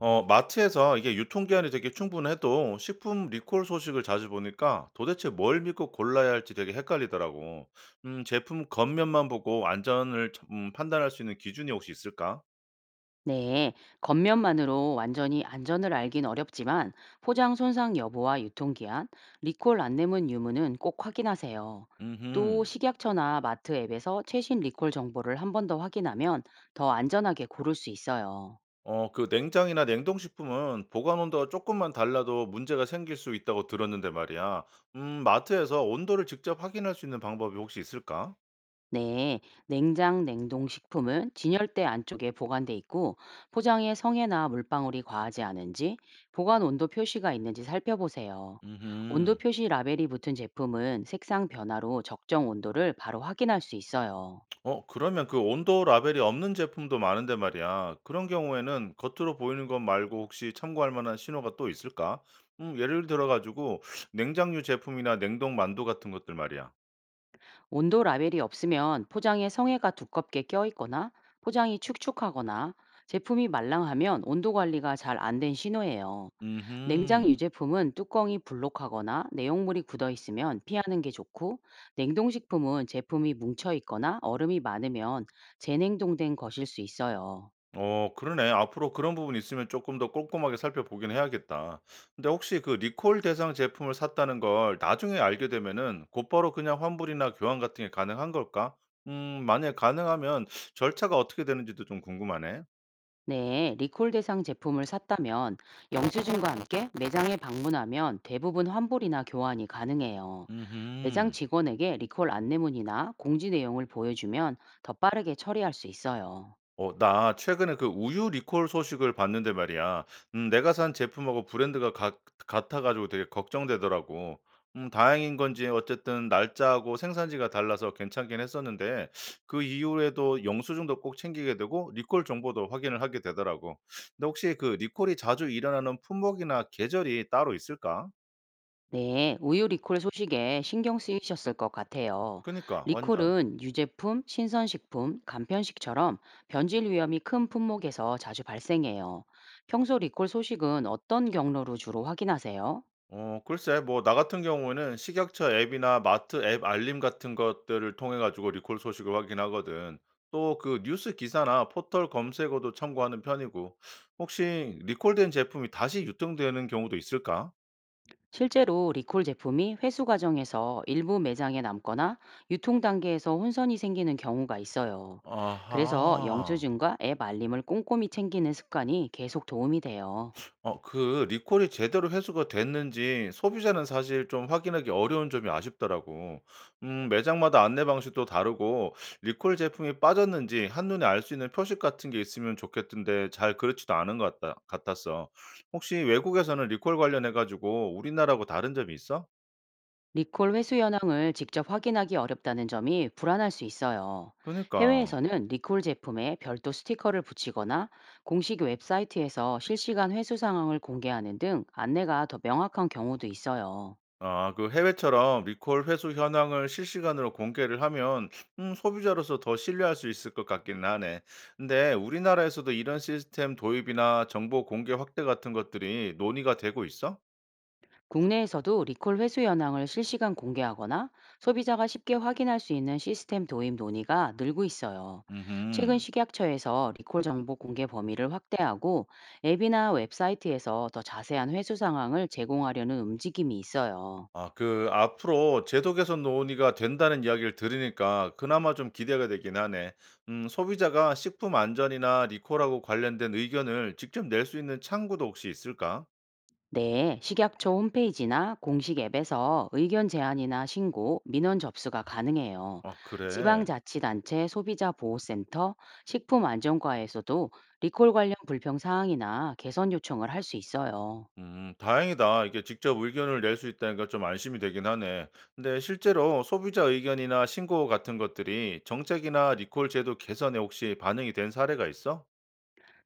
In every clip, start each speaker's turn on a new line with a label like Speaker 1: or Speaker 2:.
Speaker 1: 마트에서 이게 유통기한이 되게 충분해도 식품 리콜 소식을 자주 보니까 도대체 뭘 믿고 골라야 할지 되게 헷갈리더라고. 제품 겉면만 보고 안전을 판단할 수 있는 기준이 혹시 있을까?
Speaker 2: 네, 겉면만으로 완전히 안전을 알긴 어렵지만 포장 손상 여부와 유통기한, 리콜 안내문 유무는 꼭 확인하세요. 또
Speaker 1: 음,
Speaker 2: 식약처나 마트 앱에서 최신 리콜 정보를 한 번 더 확인하면 더 안전하게 고를 수 있어요.
Speaker 1: 그 냉장이나 냉동식품은 보관 온도가 조금만 달라도 문제가 생길 수 있다고 들었는데 말이야. 마트에서 온도를 직접 확인할 수 있는 방법이 혹시 있을까?
Speaker 2: 네, 냉장 냉동 식품은 진열대 안쪽에 보관돼 있고 포장에 성에나 물방울이 과하지 않은지 보관 온도 표시가 있는지 살펴보세요. 온도
Speaker 1: 음.
Speaker 2: 표시 라벨이 붙은 제품은 색상 변화로 적정 온도를 바로 확인할 수 있어요.
Speaker 1: 그러면 그 온도 라벨이 없는 제품도 많은데 말이야. 그런 경우에는 겉으로 보이는 것 말고 혹시 참고할 만한 신호가 또 있을까? 예를 들어 가지고 냉장류 제품이나 냉동 만두 같은 것들 말이야.
Speaker 2: 온도 라벨이 없으면 포장에 성에가 두껍게 껴있거나 포장이 축축하거나 제품이 말랑하면 온도 관리가 잘 안된 신호예요. 냉장
Speaker 1: 음,
Speaker 2: 유제품은 뚜껑이 불록하거나 내용물이 굳어 있으면 피하는 게 좋고, 냉동식품은 제품이 뭉쳐 있거나 얼음이 많으면 재냉동된 것일 수 있어요.
Speaker 1: 그러네. 앞으로 그런 부분 있으면 조금 더 꼼꼼하게 살펴보긴 해야겠다. 근데 혹시 그 리콜 대상 제품을 샀다는 걸 나중에 알게 되면은 곧바로 그냥 환불이나 교환 같은 게 가능한 걸까? 만약 가능하면 절차가 어떻게 되는지도 좀 궁금하네.
Speaker 2: 네, 리콜 대상 제품을 샀다면 영수증과 함께 매장에 방문하면 대부분 환불이나 교환이 가능해요. 매장
Speaker 1: 음.
Speaker 2: 직원에게 리콜 안내문이나 공지 내용을 보여주면 더 빠르게 처리할 수 있어요.
Speaker 1: 나 최근에 그 우유 리콜 소식을 봤는데 말이야. 내가 산 제품하고 브랜드가 같아가지고 되게 걱정되더라고. 다행인 건지 어쨌든 날짜하고 생산지가 달라서 괜찮긴 했었는데 그 이후에도 영수증도 꼭 챙기게 되고 리콜 정보도 확인을 하게 되더라고. 근데 혹시 그 리콜이 자주 일어나는 품목이나 계절이 따로 있을까?
Speaker 2: 네, 우유 리콜 소식에 신경 쓰이셨을 것 같아요.
Speaker 1: 그니까 완전.
Speaker 2: 리콜은 유제품, 신선식품, 간편식처럼 변질 위험이 큰 품목에서 자주 발생해요. 평소 리콜 소식은 어떤 경로로 주로 확인하세요?
Speaker 1: 글쎄 뭐 나 같은 경우에는 식약처 앱이나 마트 앱 알림 같은 것들을 통해 가지고 리콜 소식을 확인하거든. 또 그 뉴스 기사나 포털 검색어도 참고하는 편이고. 혹시 리콜된 제품이 다시 유통되는 경우도 있을까?
Speaker 2: 실제로 리콜 제품이 회수 과정에서 일부 매장에 남거나 유통 단계에서 혼선이 생기는 경우가 있어요. 그래서
Speaker 1: 아하.
Speaker 2: 영수증과 앱 알림을 꼼꼼히 챙기는 습관이 계속 도움이 돼요.
Speaker 1: 그 리콜이 제대로 회수가 됐는지 소비자는 사실 좀 확인하기 어려운 점이 아쉽더라고. 매장마다 안내 방식도 다르고 리콜 제품이 빠졌는지 한눈에 알 수 있는 표식 같은 게 있으면 좋겠던데 잘 그렇지도 않은 것 같다 같았어. 혹시 외국에서는 리콜 관련해 가지고 우리나라하고 다른 점이 있어?
Speaker 2: 리콜 회수 현황을 직접 확인하기 어렵다는 점이 불안할 수 있어요.
Speaker 1: 그니까. 러
Speaker 2: 해외에서는 리콜 제품에 별도 스티커를 붙이거나 공식 웹사이트에서 실시간 회수 상황을 공개하는 등 안내가 더 명확한 경우도 있어요.
Speaker 1: 아 그 해외처럼 리콜 회수 현황을 실시간으로 공개를 하면 소비자로서 더 신뢰할 수 있을 것 같긴 하네. 근데 우리나라에서도 이런 시스템 도입이나 정보 공개 확대 같은 것들이 논의가 되고 있어?
Speaker 2: 국내에서도 리콜 회수 현황을 실시간 공개하거나 소비자가 쉽게 확인할 수 있는 시스템 도입 논의가 늘고 있어요. 최근
Speaker 1: 음.
Speaker 2: 식약처에서 리콜 정보 공개 범위를 확대하고 앱이나 웹사이트에서 더 자세한 회수 상황을 제공하려는 움직임이 있어요.
Speaker 1: 아 그 앞으로 제도 개선 논의가 된다는 이야기를 들으니까 그나마 좀 기대가 되긴 하네. 소비자가 식품 안전이나 리콜하고 관련된 의견을 직접 낼 수 있는 창구도 혹시 있을까?
Speaker 2: 네, 식약처 홈페이지나 공식 앱에서 의견 제안이나 신고, 민원 접수가 가능해요.
Speaker 1: 아 그래.
Speaker 2: 지방자치단체 소비자보호센터, 식품안전과에서도 리콜 관련 불평 사항이나 개선 요청을 할 수 있어요.
Speaker 1: 다행이다. 이게 직접 의견을 낼 수 있다니까 좀 안심이 되긴 하네. 근데 실제로 소비자 의견이나 신고 같은 것들이 정책이나 리콜 제도 개선에 혹시 반영이 된 사례가 있어?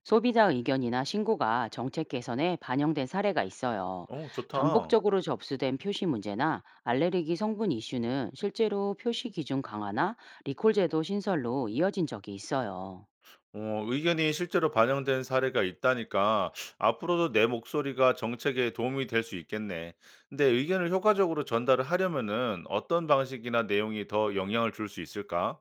Speaker 2: 소비자 의견이나 신고가 정책 개선에 반영된 사례가 있어요.
Speaker 1: 어, 좋다.
Speaker 2: 반복적으로 접수된 표시 문제나 알레르기 성분 이슈는 실제로 표시 기준 강화나 리콜 제도 신설로 이어진 적이 있어요.
Speaker 1: 의견이 실제로 반영된 사례가 있다니까 앞으로도 내 목소리가 정책에 도움이 될 수 있겠네. 근데 의견을 효과적으로 전달을 하려면은 어떤 방식이나 내용이 더 영향을 줄 수 있을까?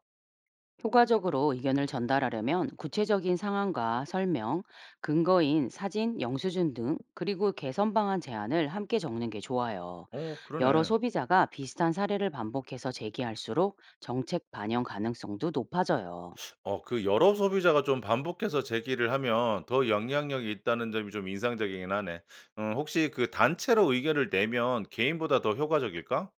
Speaker 2: 효과적으로 의견을 전달하려면 구체적인 상황과 설명, 근거인 사진, 영수증 등 그리고 개선 방안 제안을 함께 적는 게 좋아요.
Speaker 1: 어,
Speaker 2: 여러
Speaker 1: 그러네.
Speaker 2: 소비자가 비슷한 사례를 반복해서 제기할수록 정책 반영 가능성도 높아져요.
Speaker 1: 그 여러 소비자가 좀 반복해서 제기를 하면 더 영향력이 있다는 점이 좀 인상적이긴 하네. 혹시 그 단체로 의견을 내면 개인보다 더 효과적일까?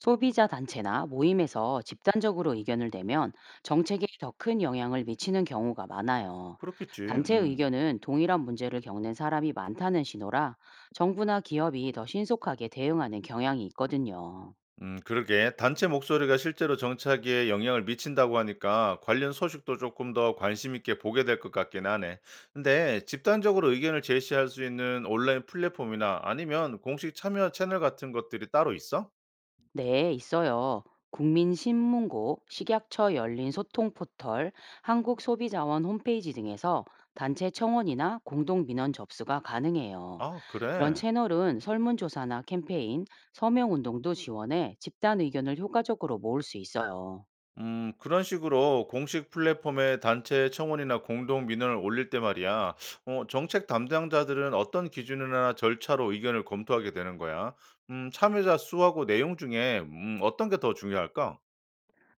Speaker 2: 소비자 단체나 모임에서 집단적으로 의견을 내면 정책에 더 큰 영향을 미치는 경우가 많아요.
Speaker 1: 그렇겠지.
Speaker 2: 단체
Speaker 1: 음.
Speaker 2: 의견은 동일한 문제를 겪는 사람이 많다는 신호라 정부나 기업이 더 신속하게 대응하는 경향이 있거든요.
Speaker 1: 그러게. 단체 목소리가 실제로 정착에 영향을 미친다고 하니까 관련 소식도 조금 더 관심 있게 보게 될 것 같긴 하네. 근데 집단적으로 의견을 제시할 수 있는 온라인 플랫폼이나 아니면 공식 참여 채널 같은 것들이 따로 있어?
Speaker 2: 네, 있어요. 국민신문고, 식약처 열린 소통 포털, 한국소비자원 홈페이지 등에서 단체 청원이나 공동민원 접수가 가능해요.
Speaker 1: 아
Speaker 2: 이런
Speaker 1: 그래.
Speaker 2: 채널은 설문조사나 캠페인, 서명운동도 지원해 집단 의견을 효과적으로 모을 수 있어요.
Speaker 1: 그런 식으로 공식 플랫폼에 단체 청원이나 공동 민원을 올릴 때 말이야, 정책 담당자들은 어떤 기준이나 절차로 의견을 검토하게 되는 거야? 참여자 수하고 내용 중에 어떤 게 더 중요할까?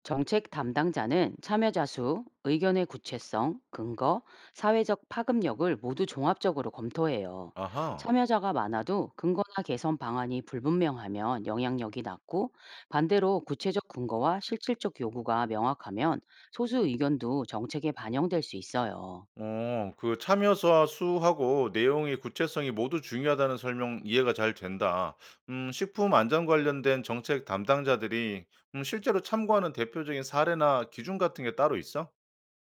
Speaker 2: 정책 담당자는 참여자 수, 의견의 구체성, 근거, 사회적 파급력을 모두 종합적으로 검토해요.
Speaker 1: 아하.
Speaker 2: 참여자가 많아도 근거나 개선 방안이 불분명하면 영향력이 낮고 반대로 구체적 근거와 실질적 요구가 명확하면 소수 의견도 정책에 반영될 수 있어요.
Speaker 1: 그 참여자 수하고 내용의 구체성이 모두 중요하다는 설명 이해가 잘 된다. 식품 안전 관련된 정책 담당자들이 실제로 참고하는 대표적인 사례나 기준 같은 게 따로 있어?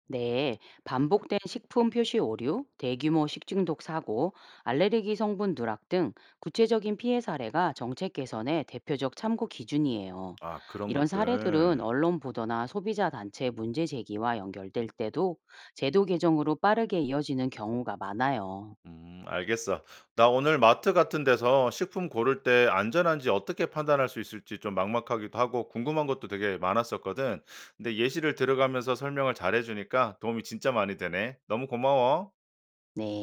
Speaker 2: 네, 반복된 식품 표시 오류, 대규모 식중독 사고, 알레르기 성분 누락 등 구체적인 피해 사례가 정책 개선의 대표적 참고 기준이에요.
Speaker 1: 아, 그런
Speaker 2: 이런 사례들은
Speaker 1: 것들.
Speaker 2: 언론 보도나 소비자 단체 문제 제기와 연결될 때도 제도 개정으로 빠르게 이어지는 경우가 많아요.
Speaker 1: 알겠어. 나 오늘 마트 같은 데서 식품 고를 때 안전한지 어떻게 판단할 수 있을지 좀 막막하기도 하고 궁금한 것도 되게 많았었거든. 근데 예시를 들어가면서 설명을 잘해주니까 도움이 진짜 많이 되네. 너무 고마워.
Speaker 2: 네.